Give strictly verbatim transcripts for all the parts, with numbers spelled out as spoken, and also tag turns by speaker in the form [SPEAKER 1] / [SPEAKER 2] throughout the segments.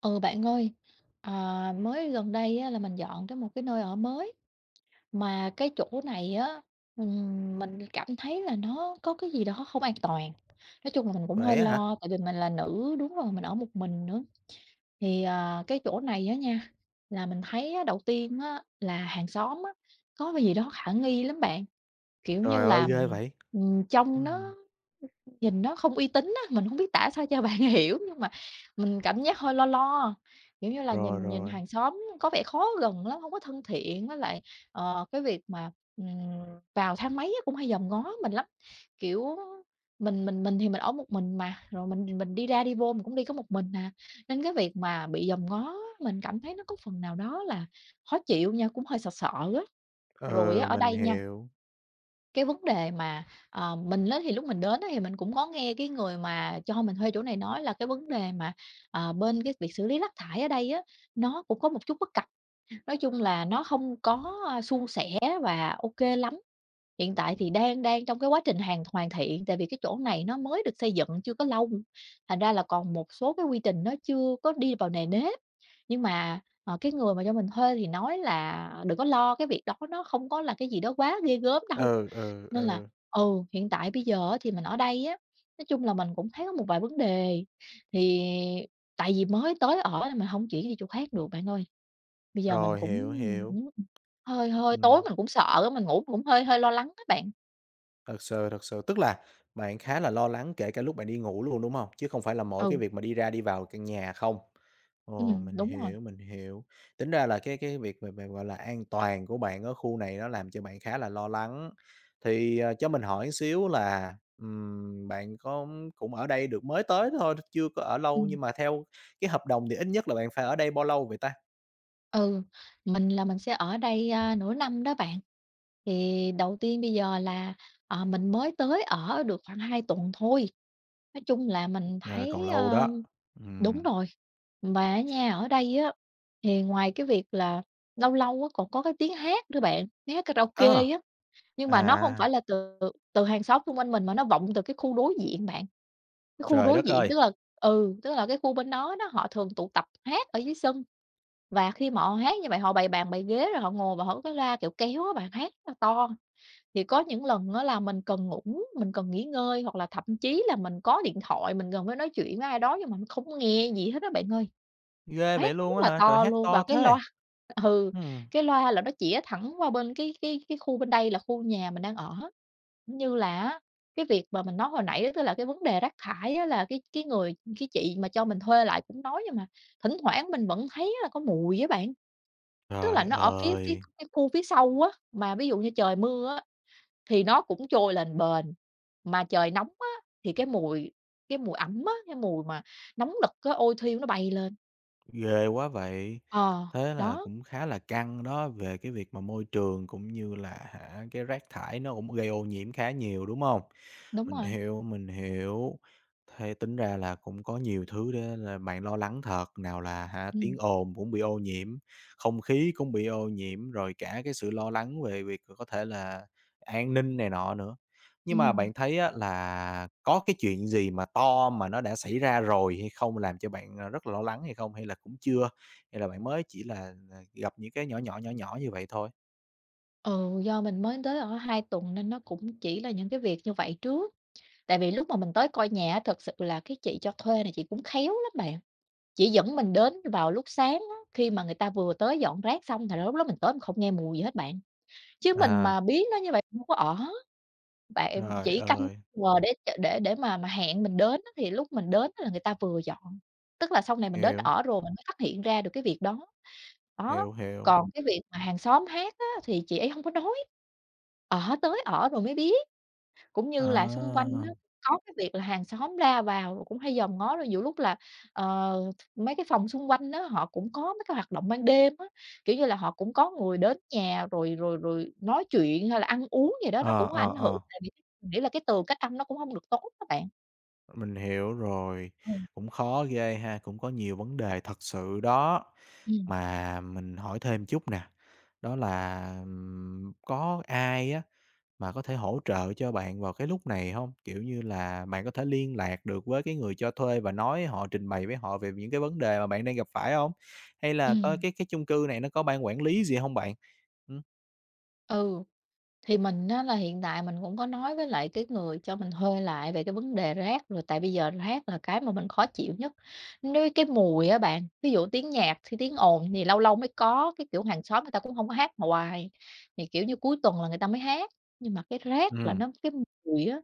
[SPEAKER 1] Ừ, bạn ơi, à, mới gần đây á, là mình dọn tới một cái nơi ở mới mà cái chỗ này á, ừm, mình cảm thấy là nó có cái gì đó không an toàn. Nói chung là mình cũng hơi
[SPEAKER 2] Vậy á hả?
[SPEAKER 1] lo tại vì mình là nữ đúng rồi mình ở một mình nữa thì à, cái chỗ này á nha, là mình thấy á, đầu tiên á, là hàng xóm á, có cái gì đó khả nghi lắm bạn, kiểu như
[SPEAKER 2] Trời ơi,
[SPEAKER 1] là
[SPEAKER 2] ghê vậy!
[SPEAKER 1] ừm, trông
[SPEAKER 2] Ừm.
[SPEAKER 1] nó, nhìn nó không uy tín á, mình không biết tả sao cho bạn hiểu, nhưng mà mình cảm giác hơi lo lo, kiểu như là,
[SPEAKER 2] Rồi,
[SPEAKER 1] nhìn nhìn
[SPEAKER 2] rồi,
[SPEAKER 1] hàng xóm có vẻ khó gần lắm, không có thân thiện, với lại, ờ, cái việc mà, ừm, vào thang máy á cũng hay dòm ngó mình lắm. Kiểu, mình mình mình thì mình ở một mình mà, rồi mình mình đi ra đi vô mình cũng đi có một mình à, nên cái việc mà bị dòm ngó mình cảm thấy nó có phần nào đó là khó chịu nha, cũng hơi sợ sợ á. Rồi á,
[SPEAKER 2] ừ,
[SPEAKER 1] ở
[SPEAKER 2] mình
[SPEAKER 1] đây nha,
[SPEAKER 2] hiểu,
[SPEAKER 1] cái vấn đề mà, ờ, mình á thì lúc mình đến á thì mình cũng có nghe cái người mà cho mình thuê chỗ này nói là cái vấn đề mà, ờ, bên cái việc xử lý rác thải ở đây á, nó cũng có một chút bất cập. Nói chung là nó không có, a, suôn sẻ và ok lắm. Hiện tại thì đang đang trong cái quá trình hàn hoàn thiện, tại vì cái chỗ này nó mới được xây dựng chưa có lâu, thành ra là còn một số cái quy trình nó chưa có đi vào nề nếp. Nhưng mà, ờ, cái người mà cho mình thuê thì nói là đừng có lo, cái việc đó nó không có là cái gì đó quá ghê gớm đâu.
[SPEAKER 2] ừ, ừ,
[SPEAKER 1] Nên là
[SPEAKER 2] ừ,
[SPEAKER 1] ừ, hiện tại bây giờ á thì mình ở đây á, nói chung là mình cũng thấy có một vài vấn đề, thì tại vì mới tới ở nên mình không chuyển đi chỗ khác được bạn ơi. Bây giờ mình
[SPEAKER 2] rồi,
[SPEAKER 1] cũng,
[SPEAKER 2] hiểu,
[SPEAKER 1] mình
[SPEAKER 2] hiểu,
[SPEAKER 1] cũng hơi hơi tối
[SPEAKER 2] ừm.
[SPEAKER 1] mình cũng sợ á, mình ngủ mình cũng hơi hơi lo lắng các bạn.
[SPEAKER 2] Thật sự, thật sự. Tức là bạn khá là lo lắng kể cả lúc bạn đi ngủ luôn, đúng hông? Chứ không phải là mỗi cái
[SPEAKER 1] Ừ,
[SPEAKER 2] việc mà đi ra đi vào căn nhà không? Ồ,
[SPEAKER 1] ừm,
[SPEAKER 2] mình
[SPEAKER 1] đúng rồi,
[SPEAKER 2] hiểu, mình hiểu. Tính ra là cái cái việc về về, gọi là, an toàn của bạn ở khu này nó làm cho bạn khá là lo lắng. Thì, ờ, cho mình hỏi xíu là, ừm, bạn có cũng ở đây được mới tới thôi, chưa có ở lâu,
[SPEAKER 1] ừm.
[SPEAKER 2] nhưng mà theo cái hợp đồng thì ít nhất là bạn phải ở đây bao lâu vậy ta?
[SPEAKER 1] Ừ, mình là mình sẽ ở đây, a, nửa năm đó bạn. Thì đầu tiên bây giờ là, ờ, mình mới tới ở được khoảng hai tuần thôi. Nói chung là mình
[SPEAKER 2] À, còn
[SPEAKER 1] thấy,
[SPEAKER 2] lâu
[SPEAKER 1] ơ
[SPEAKER 2] đó.
[SPEAKER 1] đúng
[SPEAKER 2] Ừm.
[SPEAKER 1] rồi, mà á nha, ở đây á, thì ngoài cái việc là lâu lâu á còn có cái tiếng hát nữa bạn, tiếng hát
[SPEAKER 2] Ơ!
[SPEAKER 1] karaoke á, nhưng mà nó không
[SPEAKER 2] À,
[SPEAKER 1] phải là từ, từ hàng xóm xung quanh mình mà nó vọng từ cái khu đối diện bạn. Cái khu
[SPEAKER 2] trời
[SPEAKER 1] đối
[SPEAKER 2] đất
[SPEAKER 1] diện
[SPEAKER 2] ơi!
[SPEAKER 1] tức là ừ, tức là cái khu bên đó đó họ thường tụ tập hát ở dưới sân. Và khi mà họ hát như vậy họ bày bàn bày ghế rồi họ ngồi và họ có cái loa, kiểu, kéo á bạn, hát rất là to. Thì có những lần á là mình cần ngủ, mình cần nghỉ ngơi hoặc là thậm chí là mình có điện thoại mình gần phải nói chuyện với ai đó nhưng mà mình không nghe gì hết á bạn ơi,
[SPEAKER 2] Ghê
[SPEAKER 1] hát
[SPEAKER 2] vậy
[SPEAKER 1] rất
[SPEAKER 2] luôn á
[SPEAKER 1] là
[SPEAKER 2] hả? Trời,
[SPEAKER 1] to
[SPEAKER 2] hát
[SPEAKER 1] luôn
[SPEAKER 2] to
[SPEAKER 1] và cái
[SPEAKER 2] thế!
[SPEAKER 1] loa ừ,
[SPEAKER 2] Ừm.
[SPEAKER 1] cái loa là nó chĩa thẳng qua bên cái cái cái khu bên đây là khu nhà mình đang ở. Cũng như là á, cái việc mà mình nói hồi nãy đó tức là cái vấn đề rác thải á là cái cái người cái chị mà cho mình thuê lại cũng nói nhưng mà thỉnh thoảng mình vẫn thấy là có mùi với bạn. Tức là
[SPEAKER 2] Trời
[SPEAKER 1] nó ở phía phía
[SPEAKER 2] ơi,
[SPEAKER 1] cái khu phía sau á, mà ví dụ như trời mưa á, thì nó cũng trôi lềnh bềnh, mà trời nóng á, thì cái mùi, cái mùi ẩm á, cái mùi mà nóng nực á, ôi thiêu nó bay lên.
[SPEAKER 2] ghê quá vậy!
[SPEAKER 1] Ờ,
[SPEAKER 2] Thế là
[SPEAKER 1] đó,
[SPEAKER 2] cũng khá là căng đó, về cái việc mà môi trường cũng như là hả, cái rác thải nó cũng gây ô nhiễm khá nhiều, đúng hông?
[SPEAKER 1] đúng
[SPEAKER 2] Mình
[SPEAKER 1] rồi,
[SPEAKER 2] hiểu, mình hiểu. Thế tính ra là cũng có nhiều thứ để là bạn lo lắng thật, nào là hả,
[SPEAKER 1] ừm,
[SPEAKER 2] tiếng ồn cũng bị ô nhiễm, không khí cũng bị ô nhiễm, rồi cả cái sự lo lắng về việc có thể là an ninh này nọ nữa. Nhưng mà
[SPEAKER 1] ừm.
[SPEAKER 2] bạn thấy á là có cái chuyện gì mà to mà nó đã xảy ra rồi hay không, làm cho bạn, ờ, rất là lo lắng hay không? Hay là cũng chưa? Hay là bạn mới chỉ là, ờ, gặp những cái nhỏ nhỏ, nhỏ nhỏ như vậy thôi?
[SPEAKER 1] Ừ, do mình mới tới ở hai tuần nên nó cũng chỉ là những cái việc như vậy trước. Tại vì lúc mà mình tới coi nhà á, thực sự là cái chị cho thuê này chị cũng khéo lắm bạn, chỉ dẫn mình đến vào lúc sáng á, khi mà người ta vừa tới dọn rác xong, thì lúc đó mình tới mình không nghe mùi gì hết bạn. Chứ mình
[SPEAKER 2] À,
[SPEAKER 1] mà biết nó như vậy không có ở, bạn
[SPEAKER 2] trời
[SPEAKER 1] chỉ canh
[SPEAKER 2] ơi!
[SPEAKER 1] giờ để ch để để mà mà hẹn mình đến á, thì lúc mình đến là người ta vừa dọn. Tức là sau này mình đến
[SPEAKER 2] Hiểu,
[SPEAKER 1] ở rồi mình mới phát hiện ra được cái việc đó, đó.
[SPEAKER 2] hiểu, hiểu.
[SPEAKER 1] Còn cái việc mà hàng xóm hát á, thì chị ấy hông có nói, ở tới ở rồi mới biết. Cũng như là xung quanh
[SPEAKER 2] À!
[SPEAKER 1] ừm á, có cái việc là hàng xóm ra vào rồi cũng hay dòm ngó, rồi nhiều lúc là, ờ, mấy cái phòng xung quanh á, họ cũng có mấy cái hoạt động ban đêm á, kiểu như là, họ cũng có người đến nhà rồi rồi rồi nói chuyện hay là ăn uống gì đó, nó
[SPEAKER 2] Ờ,
[SPEAKER 1] cũng có
[SPEAKER 2] ờ,
[SPEAKER 1] ảnh hưởng,
[SPEAKER 2] ờ,
[SPEAKER 1] tại vì mình nghĩ là cái tường cách âm nó cũng hông được tốt á bạn.
[SPEAKER 2] mình hiểu rồi.
[SPEAKER 1] Ừ,
[SPEAKER 2] Cũng khó ghê ha, cũng có nhiều vấn đề thật sự đó.
[SPEAKER 1] ừm,
[SPEAKER 2] Mà mình hỏi thêm chút nè, đó là, ừm, có ai á mà có thể hỗ trợ cho bạn vào cái lúc này không? Kiểu như là, bạn có thể liên lạc được với cái người cho thuê và nói họ trình bày với họ về những cái vấn đề mà bạn đang gặp phải không? Hay là có
[SPEAKER 1] ừm,
[SPEAKER 2] cái cái chung cư này nó có ban quản lý gì không bạn? Ừm,
[SPEAKER 1] ừ. Thì mình á là hiện tại mình cũng có nói với lại cái người cho mình thuê lại về cái vấn đề rác rồi, tại bây giờ rác là cái mà mình khó chịu nhất. Nếu cái mùi á bạn, ví dụ tiếng nhạc thì tiếng ồn thì lâu lâu mới có, cái kiểu hàng xóm người ta cũng không có hát hoài, thì, kiểu như, cuối tuần là người ta mới hát, nhưng mà cái rác là
[SPEAKER 2] ừm,
[SPEAKER 1] nó cái mùi á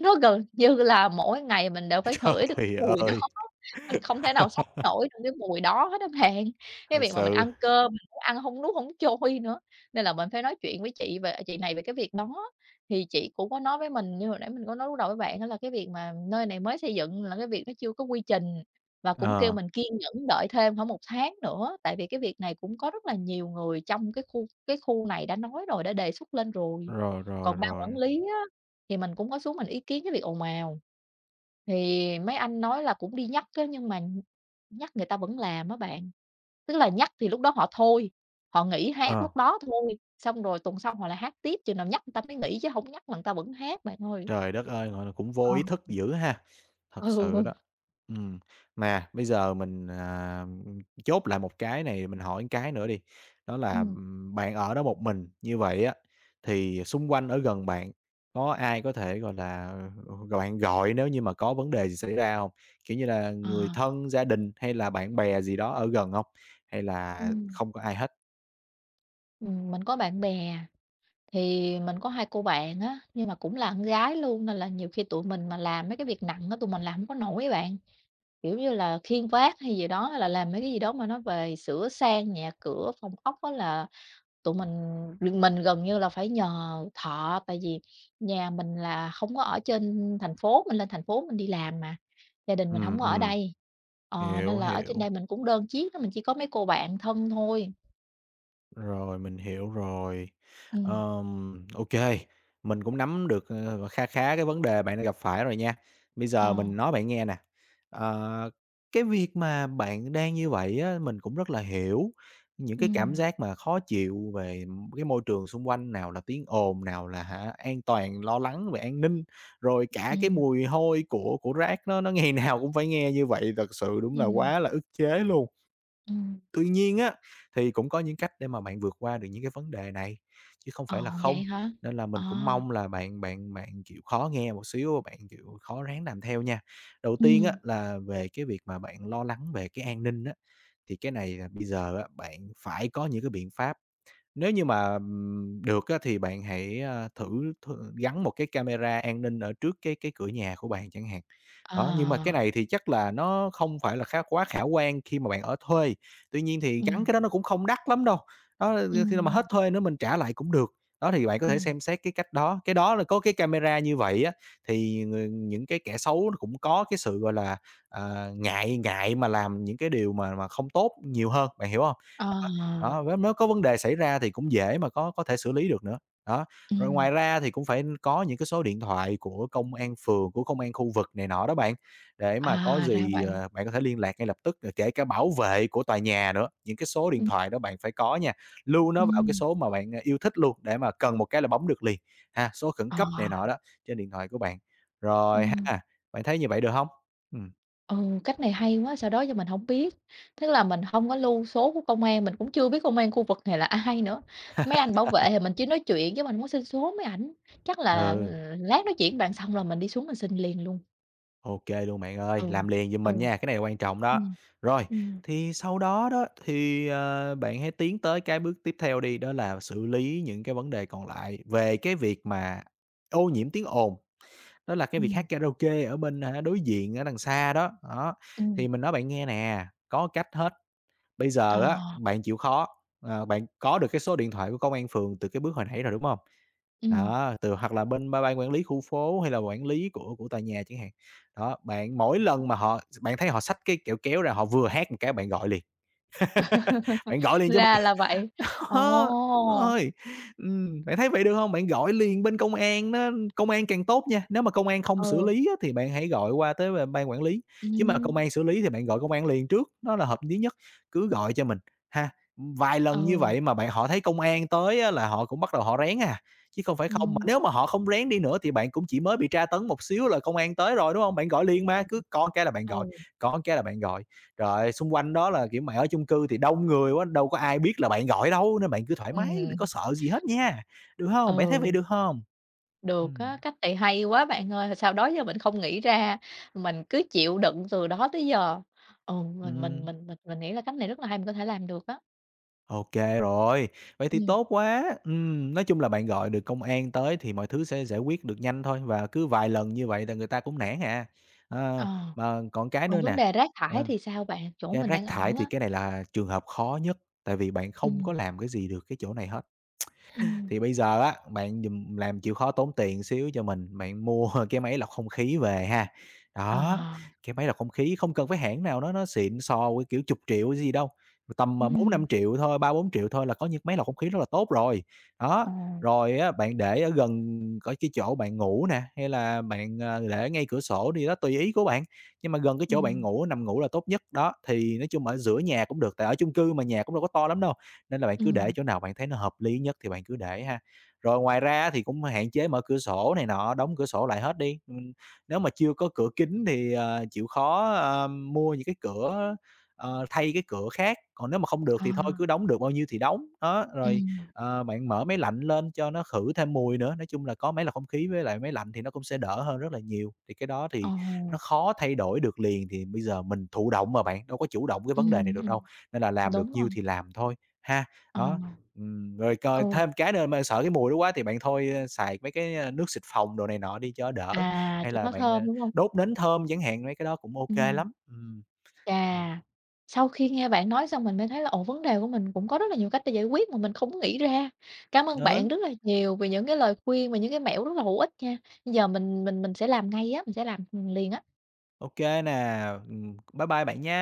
[SPEAKER 1] nó gần như là mỗi ngày mình đều phải ngửi được cái
[SPEAKER 2] trời
[SPEAKER 1] mùi đó,
[SPEAKER 2] ơi!
[SPEAKER 1] mình không thể nào sống nổi trong cái mùi đó hết á bạn. Cái
[SPEAKER 2] Thật
[SPEAKER 1] việc mà mình
[SPEAKER 2] sự,
[SPEAKER 1] ăn cơm mình cũng ăn hông nuốt hổng trôi nữa, nên là mình phải nói chuyện với chị về chị này về cái việc đó. Thì chị cũng có nói với mình như hồi nãy mình có nói lúc đầu với bạn á là cái việc mà nơi này mới xây dựng là cái việc nó chưa có quy trình, và cũng kêu
[SPEAKER 2] ờ,
[SPEAKER 1] mình kiên nhẫn đợi thêm khoảng một tháng nữa, tại vì cái việc này cũng có rất là nhiều người trong cái khu cái khu này đã nói rồi, đã đề xuất lên rồi.
[SPEAKER 2] rồi, rồi,
[SPEAKER 1] Còn ban quản
[SPEAKER 2] rồi,
[SPEAKER 1] lý á thì mình cũng có xuống mình ý kiến cái việc ồn ào. Thì mấy anh nói là cũng đi nhắc á, nhưng mà nhắc người ta vẫn làm á bạn. Tức là nhắc thì lúc đó họ thôi, họ nghỉ hát
[SPEAKER 2] ờ.
[SPEAKER 1] lúc đó thôi, xong rồi tuần sau họ lại hát tiếp, chừng nào nhắc người ta mới nghỉ chứ không nhắc là người ta vẫn hát bạn ơi.
[SPEAKER 2] Trời đất ơi, gọi là, cũng vô
[SPEAKER 1] Ờ.
[SPEAKER 2] ý thức dữ ha, thật sự
[SPEAKER 1] Ừ,
[SPEAKER 2] đó. Ừm, mà bây giờ mình, à, ừm, chốt lại một cái này, mình hỏi cái nữa đi, đó là,
[SPEAKER 1] ừm.
[SPEAKER 2] ừm, bạn ở đó một mình như vậy á, thì xung quanh ở gần bạn có ai có thể, gọi là, ờ, bạn gọi nếu như mà có vấn đề gì xảy ra hông? Kiểu như là,
[SPEAKER 1] Ờ.
[SPEAKER 2] người thân, gia đình hay là bạn bè gì đó ở gần hông? Hay là
[SPEAKER 1] Ừm,
[SPEAKER 2] không có ai hết?
[SPEAKER 1] ừm, mình có bạn bè, thì mình có hai cô bạn á, nhưng mà cũng là con gái luôn nên là nhiều khi tụi mình mà làm mấy cái việc nặng á, tụi mình làm không có nổi á bạn. Kiểu như là, khiêng vác hay gì đó, hay là làm mấy cái gì đó mà nó về sửa sang nhà cửa, phòng ốc á là tụi mình mình gần như là phải nhờ thợ, tại vì nhà mình là không có ở trên thành phố, mình lên thành phố mình đi làm mà, gia đình mình không
[SPEAKER 2] Ừm,
[SPEAKER 1] có ở
[SPEAKER 2] ừm,
[SPEAKER 1] đây. Ờ, nên
[SPEAKER 2] hiểu,
[SPEAKER 1] là ở trên
[SPEAKER 2] hiểu.
[SPEAKER 1] đây mình cũng đơn chiếc á, mình chỉ có mấy cô bạn thân thôi.
[SPEAKER 2] Rồi, mình hiểu rồi.
[SPEAKER 1] Ừm,
[SPEAKER 2] Ờm, ô mình cũng nắm được, ờ, kha khá cái vấn đề bạn đang gặp phải rồi nha. Bây
[SPEAKER 1] ờ,
[SPEAKER 2] giờ mình nói bạn nghe nè, ờ, cái việc mà bạn đang như vậy á, mình cũng rất là hiểu những
[SPEAKER 1] ừ,
[SPEAKER 2] cái cảm giác mà khó chịu về m- cái môi trường xung quanh, nào là tiếng ồn, nào là hả, an toàn, lo lắng về an ninh, rồi
[SPEAKER 1] ừ,
[SPEAKER 2] cả cái mùi hôi của của rác nó nó ngày nào cũng phải nghe như vậy, thật sự đúng là
[SPEAKER 1] ừm,
[SPEAKER 2] quá là ức chế luôn.
[SPEAKER 1] ừm.
[SPEAKER 2] Tuy nhiên á, thì cũng có những cách để mà bạn vượt qua được những cái vấn đề này, chứ không
[SPEAKER 1] Ờ,
[SPEAKER 2] phải là
[SPEAKER 1] vậy
[SPEAKER 2] không.
[SPEAKER 1] hả?
[SPEAKER 2] Nên là
[SPEAKER 1] Ờ,
[SPEAKER 2] mình cũng mong là bạn bạn bạn chịu khó nghe một xíu, bạn chịu khó ráng làm theo nha. Đầu
[SPEAKER 1] ừ,
[SPEAKER 2] tiên á, là về cái việc mà bạn lo lắng về cái an ninh á, thì cái này là bây giờ á, bạn phải có những cái biện pháp. Nếu như mà, ừm, được á, thì bạn hãy, a, thử th gắn một cái camera an ninh ở trước cái cái cửa nhà của bạn chẳng hạn. Đó, nhưng mà cái
[SPEAKER 1] ờ,
[SPEAKER 2] này thì chắc là nó không phải là khá quá khả quan khi mà bạn ở thuê, tuy nhiên thì
[SPEAKER 1] ừ,
[SPEAKER 2] gắn cái đó nó cũng không đắt lắm đâu, đó,
[SPEAKER 1] ừ,
[SPEAKER 2] khi nào mà hết thuê nữa mình trả lại cũng được. Đó, thì bạn có
[SPEAKER 1] ừ,
[SPEAKER 2] thể xem xét cái cách đó, cái đó là có cái camera như vậy á, thì người những cái kẻ xấu nó cũng có cái sự, gọi là, ờ, ngại ngại mà làm những cái điều mà mà không tốt nhiều hơn, bạn hiểu không?
[SPEAKER 1] ờ,
[SPEAKER 2] Đó, đó, với nếu có vấn đề xảy ra thì cũng dễ mà có có thể xử lý được nữa, đó. Rồi
[SPEAKER 1] ừm.
[SPEAKER 2] ngoài ra thì cũng phải có những cái số điện thoại của công an phường, của công an khu vực này nọ đó bạn, để mà có
[SPEAKER 1] À, ra
[SPEAKER 2] gì,
[SPEAKER 1] vậy.
[SPEAKER 2] ờ, bạn có thể liên lạc ngay lập tức, rồi kể cả bảo vệ của tòa nhà nữa, những cái số điện
[SPEAKER 1] Ừm,
[SPEAKER 2] thoại đó bạn phải có nha, lưu nó vào cái
[SPEAKER 1] ừm,
[SPEAKER 2] số mà bạn, ờ, yêu thích luôn, để mà cần một cái là bấm được liền, ha, số khẩn
[SPEAKER 1] ờ,
[SPEAKER 2] cấp này nọ đó, trên điện thoại của bạn. Rồi
[SPEAKER 1] ừm,
[SPEAKER 2] ha, bạn thấy như vậy được không? Ừm.
[SPEAKER 1] ừ, cách này hay quá, sao đó giờ mình hổng biết. Tức là mình hông có lưu số của công an, mình cũng chưa biết công an khu vực này là ai nữa. Mấy anh bảo vệ thì mình chỉ nói chuyện chứ mình hông có xin số mấy ảnh. Chắc là,
[SPEAKER 2] Ừ.
[SPEAKER 1] ờ, lát nói chuyện với bạn xong là mình đi xuống mình xin liền luôn.
[SPEAKER 2] OK luôn bạn ơi,
[SPEAKER 1] Ừ,
[SPEAKER 2] làm liền giùm
[SPEAKER 1] ừ,
[SPEAKER 2] mình nha, cái này là quan trọng đó.
[SPEAKER 1] ừm,
[SPEAKER 2] Rồi,
[SPEAKER 1] ừm,
[SPEAKER 2] thì sau đó đó thì, ờ, bạn hãy tiến tới cái bước tiếp theo đi, đó là xử lý những cái vấn đề còn lại về cái việc mà ô nhiễm tiếng ồn, đó là cái việc
[SPEAKER 1] ừm,
[SPEAKER 2] hát karaoke ở bên, hả, đối diện ở đằng xa đó. Đó,
[SPEAKER 1] ừm,
[SPEAKER 2] thì mình nói bạn nghe nè, có cách hết. Bây
[SPEAKER 1] ờ,
[SPEAKER 2] giờ á, bạn chịu khó, ờ, bạn có được cái số điện thoại của công an phường từ cái bước hồi nãy rồi, đúng hông?
[SPEAKER 1] ừm,
[SPEAKER 2] Đó, từ hoặc là bên ba ban quản lý khu phố hay là quản lý của của tòa nhà chẳng hạn. Đó, bạn mỗi lần mà họ bạn thấy họ xách cái kẹo kéo ra, họ vừa hát một cái bạn gọi liền. Bạn gọi liền cho
[SPEAKER 1] ra là vậy.
[SPEAKER 2] Đó, đúng
[SPEAKER 1] Ồ,
[SPEAKER 2] rồi. Ừm, bạn thấy vậy được hông? Bạn gọi liền bên công an nó công an càng tốt nha, nếu mà công an không xử
[SPEAKER 1] ừ,
[SPEAKER 2] lý á, thì bạn hãy gọi qua tới b ban quản lý, chứ mà công
[SPEAKER 1] ừm,
[SPEAKER 2] an xử lý thì bạn gọi công an liền trước, nó là hợp lý nhất. Cứ gọi cho mình ha, vài lần như
[SPEAKER 1] ừ,
[SPEAKER 2] vậy mà bạn họ thấy công an tới á, là họ cũng bắt đầu họ rén à, chứ không phải không mà
[SPEAKER 1] ừm,
[SPEAKER 2] nếu mà họ không rén đi nữa thì bạn cũng chỉ mới bị tra tấn một xíu là công an tới rồi, đúng hông? Bạn gọi liền mà, cứ có cái là bạn gọi,
[SPEAKER 1] ừ,
[SPEAKER 2] có cái là bạn gọi. Rồi, xung quanh đó là, kiểu, mày ở chung cư thì đông người quá, đâu có ai biết là bạn gọi đâu, nên bạn cứ thoải mái, đừng có
[SPEAKER 1] ừm.
[SPEAKER 2] sợ gì hết nha, được hông? Bạn thấy vậy
[SPEAKER 1] Ừ,
[SPEAKER 2] được hông?
[SPEAKER 1] được
[SPEAKER 2] Ừm,
[SPEAKER 1] á, cách này hay quá bạn ơi, sao đó giờ mình không nghĩ ra, mình cứ chịu đựng từ đó tới giờ. Ừ, mình mình
[SPEAKER 2] ừm,
[SPEAKER 1] mình mình mình nghĩ là cách này rất là hay, mình có thể làm được á.
[SPEAKER 2] ô rồi, vậy thì
[SPEAKER 1] Ừm,
[SPEAKER 2] tốt quá. Ừm, nói chung là bạn gọi được công an tới thì mọi thứ sẽ giải quyết được nhanh thôi, và cứ vài lần như vậy là người ta cũng nản à. Ờ,
[SPEAKER 1] ờ,
[SPEAKER 2] mà còn cái
[SPEAKER 1] còn
[SPEAKER 2] nữa
[SPEAKER 1] vấn
[SPEAKER 2] nè,
[SPEAKER 1] đề rác thải
[SPEAKER 2] ờ,
[SPEAKER 1] thì sao bạn? Chỗ
[SPEAKER 2] cái
[SPEAKER 1] mình
[SPEAKER 2] rác
[SPEAKER 1] đang
[SPEAKER 2] thải
[SPEAKER 1] ở á,
[SPEAKER 2] thì cái này là trường hợp khó nhất, tại vì bạn
[SPEAKER 1] ừ,
[SPEAKER 2] không có làm cái gì được cái chỗ này hết.
[SPEAKER 1] ừm,
[SPEAKER 2] Thì bây giờ á, bạn giùm làm chịu khó tốn tiền xíu cho mình, bạn mua cái máy lọc không khí về ha.
[SPEAKER 1] ờ,
[SPEAKER 2] Đó, cái máy lọc không khí không cần phải hãng nào nó nó xịn sò, cái kiểu, chục triệu gì đâu, tầm, à, bốn
[SPEAKER 1] ừm,
[SPEAKER 2] năm triệu thôi, ba bốn triệu thôi là có những máy lọc không khí rất là tốt rồi. Đó,
[SPEAKER 1] ờ,
[SPEAKER 2] rồi á, bạn để ở gần ở cái chỗ bạn ngủ nè, hay là bạn, ờ, để ngay cửa sổ đi đó, tùy ý của bạn, nhưng mà gần cái chỗ bạn
[SPEAKER 1] ừm,
[SPEAKER 2] ngủ, nằm ngủ là tốt nhất. Đó, thì nói chung ở giữa nhà cũng được, tại ở chung cư mà nhà cũng đâu có to lắm đâu. Nên là bạn cứ để
[SPEAKER 1] ừm,
[SPEAKER 2] chỗ nào bạn thấy nó hợp lý nhất thì bạn cứ để ha. Rồi ngoài ra thì cũng hạn chế mở cửa sổ này nọ, đóng cửa sổ lại hết đi. Ừm, nếu mà chưa có cửa kính thì, ờ, chịu khó, ờ, mua những cái cửa ờ, thay cái cửa khác, còn nếu mà không được thì thôi
[SPEAKER 1] ờ,
[SPEAKER 2] cứ đóng được bao nhiêu thì đóng. Đó, rồi,
[SPEAKER 1] ừm,
[SPEAKER 2] ờ, bạn mở máy lạnh lên cho nó khử thêm mùi nữa. Nói chung là có máy lọc không khí với lại máy lạnh thì nó cũng sẽ đỡ hơn rất là nhiều. Thì cái đó
[SPEAKER 1] ờ,
[SPEAKER 2] thì nó khó thay đổi được liền, thì bây giờ mình thụ động mà bạn, đâu có chủ động cái vấn đề này
[SPEAKER 1] ừm,
[SPEAKER 2] được đâu,
[SPEAKER 1] ừm,
[SPEAKER 2] nên là làm được
[SPEAKER 1] đúng rồi,
[SPEAKER 2] nhiêu thì làm thôi. Ha,
[SPEAKER 1] ờ,
[SPEAKER 2] đó, ừm, rồi coi
[SPEAKER 1] ừ,
[SPEAKER 2] thêm cái nữa mà sợ cái mùi đó quá thì bạn thôi, ơ, xài mấy cái, ơ, nước xịt phòng đồ này nọ đi cho đỡ,
[SPEAKER 1] à,
[SPEAKER 2] hay
[SPEAKER 1] cho
[SPEAKER 2] là
[SPEAKER 1] nó
[SPEAKER 2] bạn, ờ,
[SPEAKER 1] thơm, đúng không?
[SPEAKER 2] đốt nến thơm chẳng hạn, mấy cái đó cũng ô kê
[SPEAKER 1] Ừm.
[SPEAKER 2] lắm. Ừm, ừm,
[SPEAKER 1] Chà, sau khi nghe bạn nói xong mình mới thấy là, ồ, vấn đề của mình cũng có rất là nhiều cách để giải quyết mà mình không có nghĩ ra. Cảm ơn bạn
[SPEAKER 2] ừ,
[SPEAKER 1] rất là nhiều vì những cái lời khuyên và những cái mẹo rất là hữu ích nha. Bây giờ mình mình mình sẽ làm ngay á, mình sẽ làm liền á.
[SPEAKER 2] ô kê nè, ừm, bye bye bạn nha.